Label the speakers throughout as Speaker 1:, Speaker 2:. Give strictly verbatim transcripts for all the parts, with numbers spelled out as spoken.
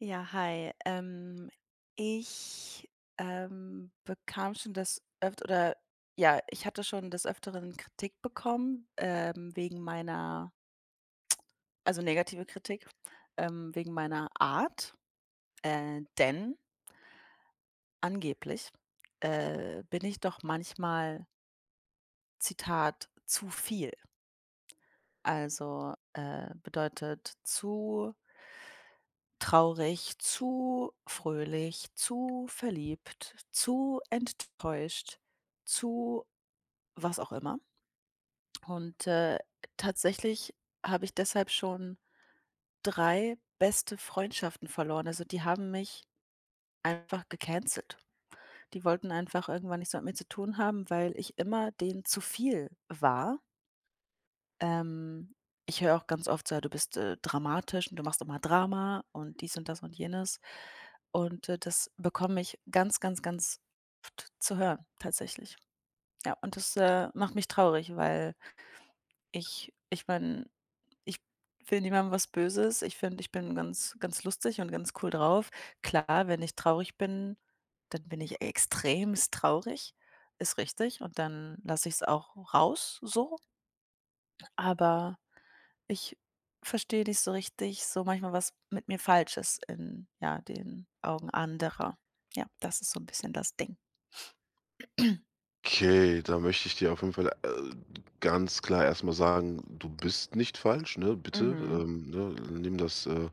Speaker 1: Ja, hi. Ähm, ich, ähm, bekam schon das Öft oder ja, ich hatte schon des Öfteren Kritik bekommen, ähm, wegen meiner also negative Kritik, ähm, wegen meiner Art, äh, denn angeblich, äh, bin ich doch manchmal, Zitat: „zu viel". Also, äh, bedeutet zu traurig, zu fröhlich, zu verliebt, zu enttäuscht, zu was auch immer. Und, äh, tatsächlich habe ich deshalb schon drei beste Freundschaften verloren. Also, die haben mich einfach gecancelt. Die wollten einfach irgendwann nichts mehr mit mir zu tun haben, weil ich immer denen zu viel war. Ähm, ich höre auch ganz oft so: „Ja, du bist, äh, dramatisch und du machst immer Drama und dies und das und jenes." Und, äh, das bekomme ich ganz, ganz, ganz oft zu hören tatsächlich. Ja, und das, äh, macht mich traurig, weil ich ich meine, ich will niemandem was Böses. Ich finde, ich bin ganz ganz lustig und ganz cool drauf. Klar, wenn ich traurig bin, dann bin ich extremst traurig, ist richtig. Und dann lasse ich es auch raus so, aber ich verstehe nicht so richtig so manchmal, was mit mir falsch ist in, ja, den Augen anderer. Ja, das ist so 'n bisschen das Ding.
Speaker 2: Okay, da möchte ich dir auf jeden Fall, äh, ganz klar erstmal sagen, du bist nicht falsch, ne? Bitte,
Speaker 1: Mhm.
Speaker 2: ähm, ne, nimm das, äh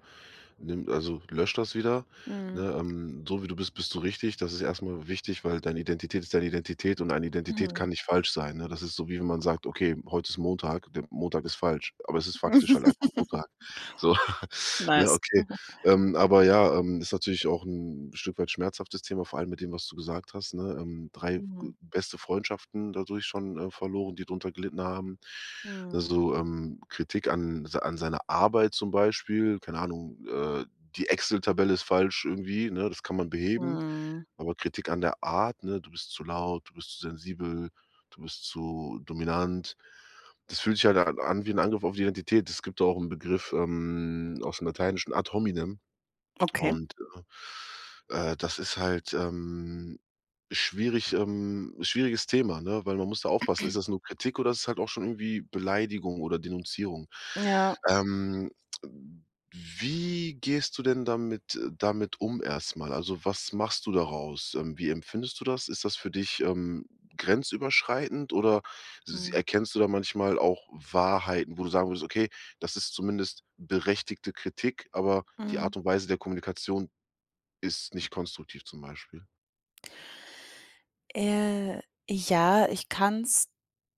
Speaker 2: nimm also lösch das wieder,
Speaker 1: Mhm.
Speaker 2: ne? Ähm, so wie du bist, bist du richtig. Das ist erstmal wichtig, weil deine Identität ist deine Identität und eine Identität
Speaker 1: Mhm.
Speaker 2: kann nicht falsch sein, ne? Das ist so, wie wenn man sagt: „Okay, heute ist Montag, der Montag ist falsch", aber es ist faktisch halt einfach Montag. So, ne,
Speaker 1: Nice.
Speaker 2: okay.
Speaker 1: Mhm.
Speaker 2: Ähm, aber ja, ähm, ist natürlich auch ein Stück weit schmerzhaftes Thema, vor allem mit dem, was du gesagt hast, ne? Ähm, drei
Speaker 1: Mhm.
Speaker 2: ähm, beste Freundschaften dadurch schon, äh, verloren, die drunter gelitten haben.
Speaker 1: Mhm.
Speaker 2: Also, ähm, Kritik an se an seiner Arbeit zum Beispiel, keine Ahnung, äh, die Excel-Tabelle ist falsch irgendwie, ne? Das kann man beheben,
Speaker 1: Mhm.
Speaker 2: aber Kritik an der Art, ne: „Du bist zu laut, du bist zu sensibel, du bist zu dominant." Das fühlt sich halt a an wie ein Angriff auf die Identität. Es gibt da auch einen Begriff, ähm, aus dem Lateinischen: Ad hominem.
Speaker 1: Okay.
Speaker 2: Und, äh, äh, das ist halt, ähm, schwierig ähm, schwieriges Thema, ne, weil man muss da aufpassen. Ist das nur Kritik oder ist es halt auch schon irgendwie Beleidigung oder Denunzierung?
Speaker 1: Ja.
Speaker 2: Ähm, wie gehst du denn damit äh, damit um erstmal? Also, was machst du daraus? Ähm, wie empfindest du das? Ist das für dich, ähm, grenzüberschreitend oder s
Speaker 1: Mhm.
Speaker 2: erkennst du da manchmal auch Wahrheiten, wo du sagen würdest: „Okay, das ist zumindest berechtigte Kritik, aber" die
Speaker 1: Mhm.
Speaker 2: Art und Weise der Kommunikation ist nicht konstruktiv zum Beispiel.
Speaker 1: Äh, ja, ich kann's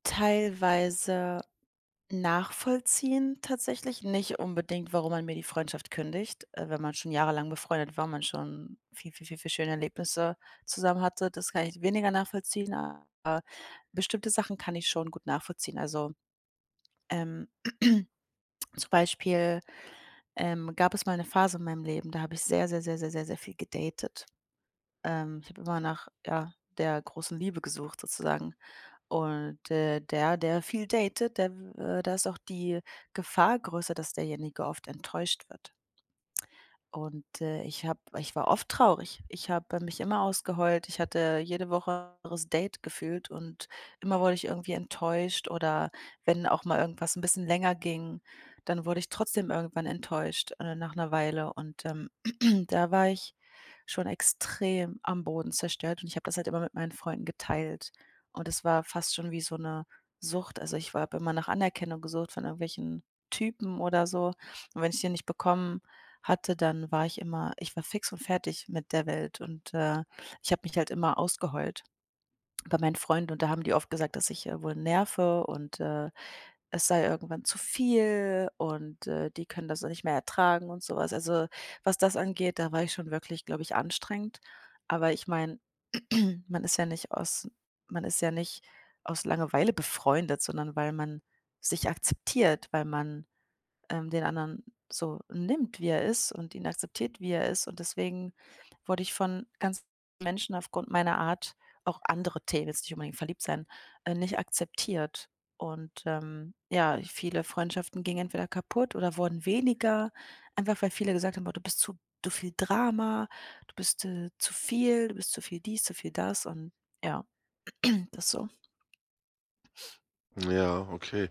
Speaker 1: teilweise nachvollziehen tatsächlich nicht unbedingt, warum man mir die Freundschaft kündigt. Äh, wenn man schon jahrelang befreundet war, man schon viel, viel, viel, viel schöne Erlebnisse zusammen hatte, das kann ich weniger nachvollziehen, aber bestimmte Sachen kann ich schon gut nachvollziehen. Also, ähm, zum Beispiel, ähm, gab es mal eine Phase in meinem Leben, da habe ich sehr, sehr, sehr, sehr, sehr, sehr viel gedatet. Ähm, ich habe immer nach, ja, der großen Liebe gesucht sozusagen. Und, äh, der, der viel datet, der äh, da ist auch die Gefahr größer, dass derjenige oft enttäuscht wird. Und, äh, ich habe ich war oft traurig. Ich habe mich immer ausgeheult. Ich hatte jede Woche 'n anderes Date gefühlt und immer wurde ich irgendwie enttäuscht oder wenn auch mal irgendwas ein bisschen länger ging, dann wurde ich trotzdem irgendwann enttäuscht, äh, nach einer Weile und, ähm, da war ich schon extrem am Boden zerstört und ich habe das halt immer mit meinen Freunden geteilt. Und es war fast schon wie so eine Sucht. Also, ich war habe immer nach Anerkennung gesucht von irgendwelchen Typen oder so. Und wenn ich die nicht bekommen hatte, dann war ich immer, ich war fix und fertig mit der Welt und, äh, ich habe mich halt immer ausgeheult bei meinen Freunden und da haben die oft gesagt, dass ich, äh, wohl nerve und, äh, es sei irgendwann zu viel und, äh, die können das nicht mehr ertragen und sowas. Also, was das angeht, da war ich schon wirklich, glaube ich, anstrengend. Aber ich meine, man ist ja nicht aus man ist ja nicht aus Langeweile befreundet, sondern weil man sich akzeptiert, weil man ähm, den anderen so nimmt, wie er ist und ihn akzeptiert, wie er ist. Und deswegen wurde ich von ganz Menschen aufgrund meiner Art, auch andere Themen, jetzt nicht unbedingt verliebt sein, äh, nicht akzeptiert. Und ähm, ja, viele Freundschaften gingen entweder kaputt oder wurden weniger, einfach weil viele gesagt haben, boah, du bist zu, zu viel Drama, du bist äh, zu viel, du bist zu viel dies, zu viel das und ja, das so.
Speaker 2: Ja, okay.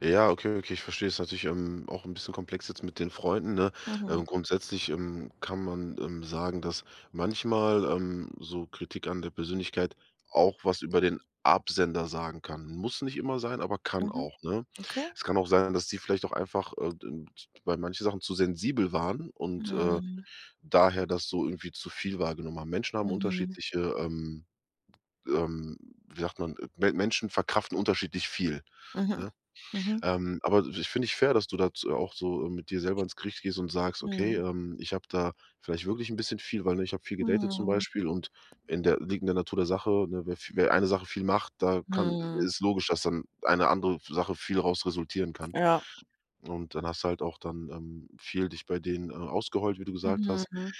Speaker 2: Ja, okay, okay, ich verstehe. es natürlich, ähm, auch ein bisschen komplex jetzt mit den Freunden, ne?
Speaker 1: Mhm.
Speaker 2: Ähm, grundsätzlich, ähm, kann man, ähm, sagen, dass manchmal, ähm, so Kritik an der Persönlichkeit auch was über den Absender sagen kann. Muss nicht immer sein, aber kann
Speaker 1: Mhm.
Speaker 2: auch, ne?
Speaker 1: Okay.
Speaker 2: Es kann auch sein, dass die vielleicht auch einfach, äh, d bei manchen Sachen zu sensibel waren und, äh,
Speaker 1: Mhm.
Speaker 2: daher das so irgendwie zu viel wahrgenommen haben. Menschen haben
Speaker 1: Mhm.
Speaker 2: unterschiedliche, ähm ähm, wie sagt man, Me Menschen verkraften unterschiedlich viel,
Speaker 1: Mhm.
Speaker 2: ne?
Speaker 1: Mhm.
Speaker 2: Ähm, aber ich finde ich fair, dass du da auch so äh, mit dir selber ins Gericht gehst und sagst: „Okay,
Speaker 1: Mhm.
Speaker 2: ähm, ich habe da vielleicht wirklich ein bisschen viel, weil, ne, ich habe viel gedatet zum
Speaker 1: Mhm,
Speaker 2: Beispiel und in der liegt in der Natur der Sache, ne, wer vi wer eine Sache viel macht, da kann
Speaker 1: mhm.
Speaker 2: ist logisch, dass dann eine andere Sache viel raus resultieren kann."
Speaker 1: Ja.
Speaker 2: und dann hast du halt auch dann, ähm, viel dich bei denen, äh, ausgeheult, wie du gesagt hast.
Speaker 1: Mhm.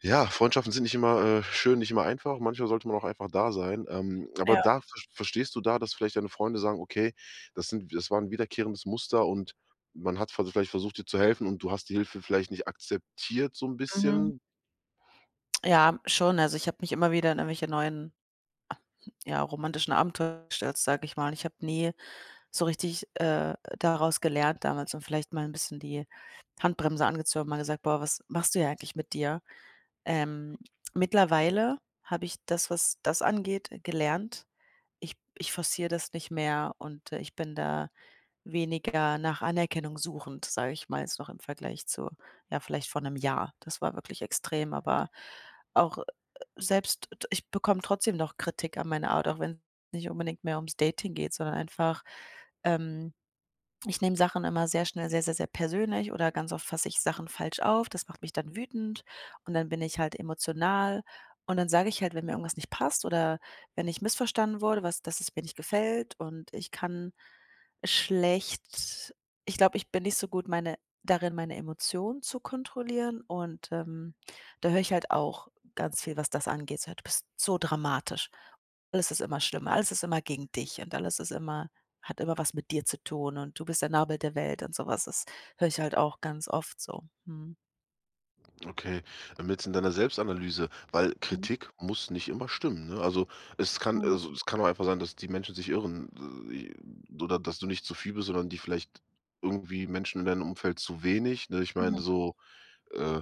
Speaker 2: Ja, Freundschaften sind nicht immer, äh, schön, nicht immer einfach. Manchmal sollte man auch einfach da sein. Ähm, aber
Speaker 1: Ja,
Speaker 2: da ver verstehst du da, dass vielleicht deine Freunde sagen: „Okay, das sind das war ein wiederkehrendes Muster und man hat ver vielleicht versucht, dir zu helfen und du hast die Hilfe vielleicht nicht akzeptiert so ein
Speaker 1: mhm.
Speaker 2: bisschen?"
Speaker 1: Ja, schon. Also, ich habe mich immer wieder in irgendwelche neuen, ja, romantischen Abenteuer gestürzt, sage ich mal. Ich habe nie so richtig, äh, daraus gelernt damals und vielleicht mal ein bisschen die Handbremse angezogen, mal gesagt: „Boah, was machst du hier eigentlich mit dir?" Ähm, mittlerweile habe ich das, was das angeht, äh, gelernt. Ich ich forciere das nicht mehr und, äh, ich bin da weniger nach Anerkennung suchend, sage ich mal jetzt noch im Vergleich zu, ja, vielleicht vor einem Jahr. Das war wirklich extrem, aber auch, äh, selbst t ich bekomme trotzdem noch Kritik an meine Art, auch wenn es nicht unbedingt mehr ums Dating geht, sondern einfach, ähm ich nehme Sachen immer sehr schnell sehr, sehr, sehr persönlich oder ganz oft fasse ich Sachen falsch auf. Das macht mich dann wütend und dann bin ich halt emotional. Und dann sage ich halt, wenn mir irgendwas nicht passt oder wenn ich missverstanden wurde, was, dass es mir nicht gefällt und ich kann schlecht, ich glaube, ich bin nicht so gut meine, darin, meine Emotionen zu kontrollieren. Und ähm, da höre ich halt auch ganz viel, was das angeht. So, du bist so dramatisch. Alles ist immer schlimmer, alles ist immer gegen dich und alles ist immer, hat immer was mit dir zu tun und du bist der Nabel der Welt und sowas was. Das höre ich halt auch ganz oft so. Mhm.
Speaker 2: Okay, ähm, jetzt in deiner Selbstanalyse, weil
Speaker 1: Mhm.
Speaker 2: Kritik muss nicht immer stimmen, ne? Also, es kann also,
Speaker 1: Mhm.
Speaker 2: es kann auch einfach sein, dass die Menschen sich irren, äh, oder dass du nicht zu viel bist, sondern die vielleicht irgendwie Menschen in deinem Umfeld zu wenig, ne? Ich meine
Speaker 1: Mhm.
Speaker 2: so, äh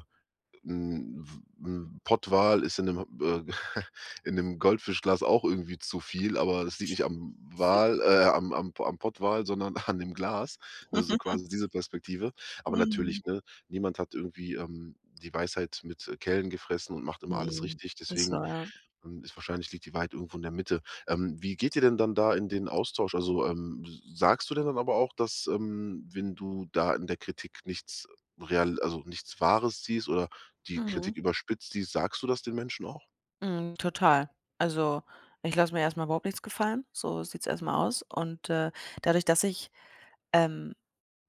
Speaker 2: 'N 'n Pottwal ist in 'nem äh, in 'nem Goldfischglas auch irgendwie zu viel, aber das liegt nicht am Wal äh, am am P am Pottwal, sondern an dem Glas, ne, so quasi diese Perspektive. Aber
Speaker 1: Mhm.
Speaker 2: natürlich, ne, niemand hat irgendwie, ähm, die Weisheit mit äh, Kellen gefressen und macht immer alles
Speaker 1: Mhm.
Speaker 2: richtig.
Speaker 1: Das
Speaker 2: Deswegen,
Speaker 1: war ja.
Speaker 2: ähm, ist wahrscheinlich liegt die Wahrheit irgendwo in der Mitte. Ähm, wie geht ihr denn dann da in den Austausch? Also, ähm, s sagst du denn dann aber auch, dass, ähm, wenn du da in der Kritik nichts real also, nichts Wahres siehst oder die
Speaker 1: Mhm.
Speaker 2: Kritik überspitzt, die sagst du das den Menschen auch?
Speaker 1: Mhm, total. Also, ich lasse mir erstmal überhaupt nichts gefallen. So sieht's erstmal aus und, äh, dadurch, dass ich, ähm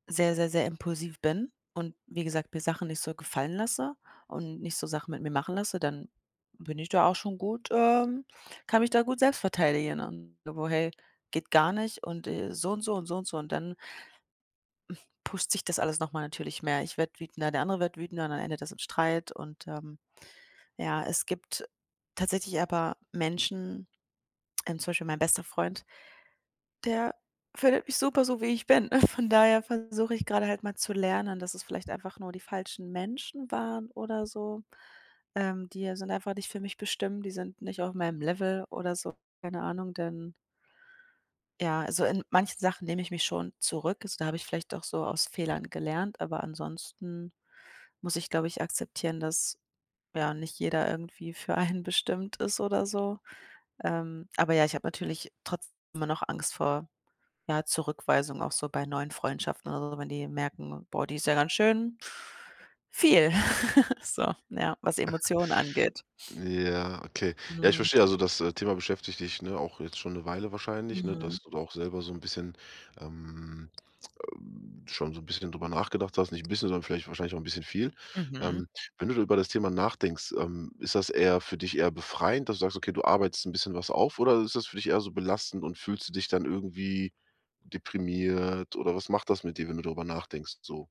Speaker 1: sehr, sehr, sehr impulsiv bin und wie gesagt, mir Sachen nicht so gefallen lasse und nicht so Sachen mit mir machen lasse, dann bin ich da auch schon gut, ähm, kann mich da gut selbst verteidigen und so: „Hey, geht gar nicht und, äh, so und so und so und so." Und dann pusht sich das alles noch mal natürlich mehr. Ich werde wütender, der andere wird wütender und dann endet das im Streit und, ähm, ja, es gibt tatsächlich aber Menschen, ähm, zum Beispiel mein bester Freund. Der findet mich super, so wie ich bin. Von daher versuche ich gerade halt mal zu lernen, dass es vielleicht einfach nur die falschen Menschen waren oder so. Ähm, die sind einfach nicht für mich bestimmt, die sind nicht auf meinem Level oder so, keine Ahnung, denn ja, also, in manchen Sachen nehme ich mich schon zurück. Also, da habe ich vielleicht auch so aus Fehlern gelernt, aber ansonsten muss ich, glaube ich, akzeptieren, dass, ja, nicht jeder irgendwie für einen bestimmt ist oder so. Ähm, aber ja, ich habe natürlich trotzdem immer noch Angst vor ja, Zurückweisung auch so bei neuen Freundschaften oder so, wenn die merken: „Boah, die ist ja ganz schön viel." So, ja, was Emotionen angeht.
Speaker 2: Ja, okay. Ja, ich
Speaker 1: Mhm,
Speaker 2: verstehe. Also das, äh, Thema beschäftigt dich, ne, auch jetzt schon eine Weile wahrscheinlich, ne,
Speaker 1: mhm,
Speaker 2: dass du da auch selber so ein bisschen, ähm, ähm, schon so ein bisschen drüber nachgedacht hast. Nicht ein bisschen, sondern vielleicht wahrscheinlich auch ein bisschen viel.
Speaker 1: mhm.
Speaker 2: Ähm, wenn du da über das Thema nachdenkst, ähm, ist das eher für dich eher befreiend, dass du sagst: „Okay, du arbeitest ein bisschen was auf", oder ist das für dich eher so belastend und fühlst du dich dann irgendwie deprimiert oder was macht das mit dir, wenn du darüber nachdenkst so?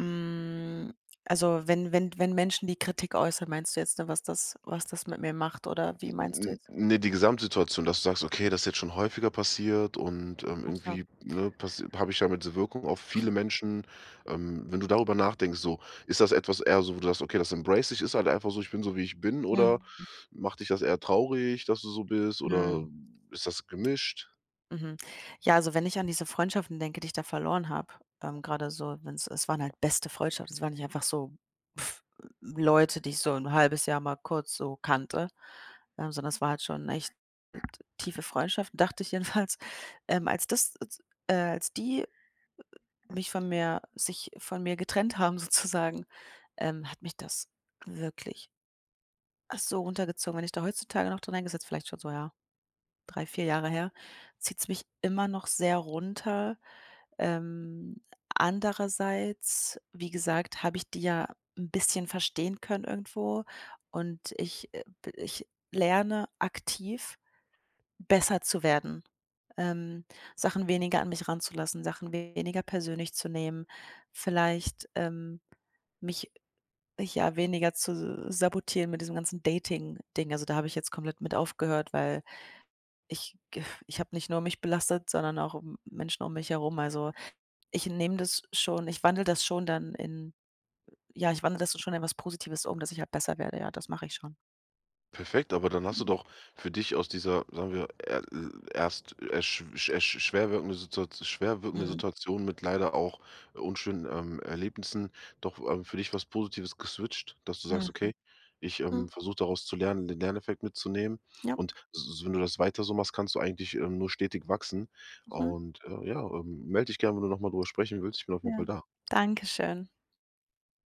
Speaker 1: Hm, also, wenn wenn wenn Menschen die Kritik äußern, meinst du jetzt, ne, was das was das mit mir macht oder wie meinst du
Speaker 2: N
Speaker 1: jetzt?
Speaker 2: ne, die Gesamtsituation, dass du sagst: „Okay, das ist jetzt schon häufiger passiert und, ähm,
Speaker 1: Ach so.
Speaker 2: irgendwie, ne, habe ich damit diese Wirkung auf viele Menschen." Ähm, wenn du darüber nachdenkst, so, ist das etwas eher so, wo du sagst: „Okay, das embrace ich, ist halt einfach so, ich bin so, wie ich bin", oder
Speaker 1: Mhm,
Speaker 2: macht dich das eher traurig, dass du so bist, oder
Speaker 1: mhm.
Speaker 2: ist das gemischt?
Speaker 1: Mhm. Ja, also wenn ich an diese Freundschaften denke, die ich da verloren habe, ähm, grade so, wenn's es waren halt beste Freundschaften. Es waren nicht einfach so pff, Leute, die ich so ein halbes Jahr mal kurz so kannte, ähm, sondern es war halt schon echt tiefe Freundschaft, dachte ich jedenfalls. Ähm, als das äh, als die mich von mir sich von mir getrennt haben sozusagen, ähm, hat mich das wirklich so runtergezogen. Wenn ich da heutzutage noch dran denke, ist jetzt vielleicht schon so, ja, drei, vier Jahre her, zieht es mich immer noch sehr runter. Ähm, andererseits, wie gesagt, habe ich die ja ein bisschen verstehen können irgendwo und ich, äh, b ich lerne aktiv, besser zu werden, ähm, Sachen weniger an mich ranzulassen, Sachen weniger persönlich zu nehmen, vielleicht, ähm, mich, ja, weniger zu sabotieren mit diesem ganzen Dating-Ding. Also, da habe ich jetzt komplett mit aufgehört, weil ich ich habe nicht nur mich belastet, sondern auch Menschen um mich herum. Also ich nehme das schon ich wandle das schon dann in ja, ich wandle das so schon in was Positives um, dass ich halt besser werde. Ja, das mache ich schon.
Speaker 2: Perfekt, aber dann hast du
Speaker 1: Mhm.
Speaker 2: doch für dich aus dieser, sagen wir, er erst ersch ersch schwer wirkende Situat
Speaker 1: Mhm.
Speaker 2: Situation mit leider auch äh, unschönen, ähm, Erlebnissen doch, ähm, für dich was Positives geswitcht, dass du sagst:
Speaker 1: Mhm.
Speaker 2: „Okay, ich, ähm,
Speaker 1: Mhm.
Speaker 2: versuche daraus zu lernen, den Lerneffekt mitzunehmen."
Speaker 1: Ja.
Speaker 2: Und s wenn du das weiter so machst, kannst du eigentlich, ähm, nur stetig wachsen.
Speaker 1: Mhm.
Speaker 2: Und, äh, ja, ähm, melde dich gerne, wenn du nochmal mal drüber sprechen willst. Ich bin auf jeden Fall
Speaker 1: Ja.
Speaker 2: da.
Speaker 1: Dankeschön.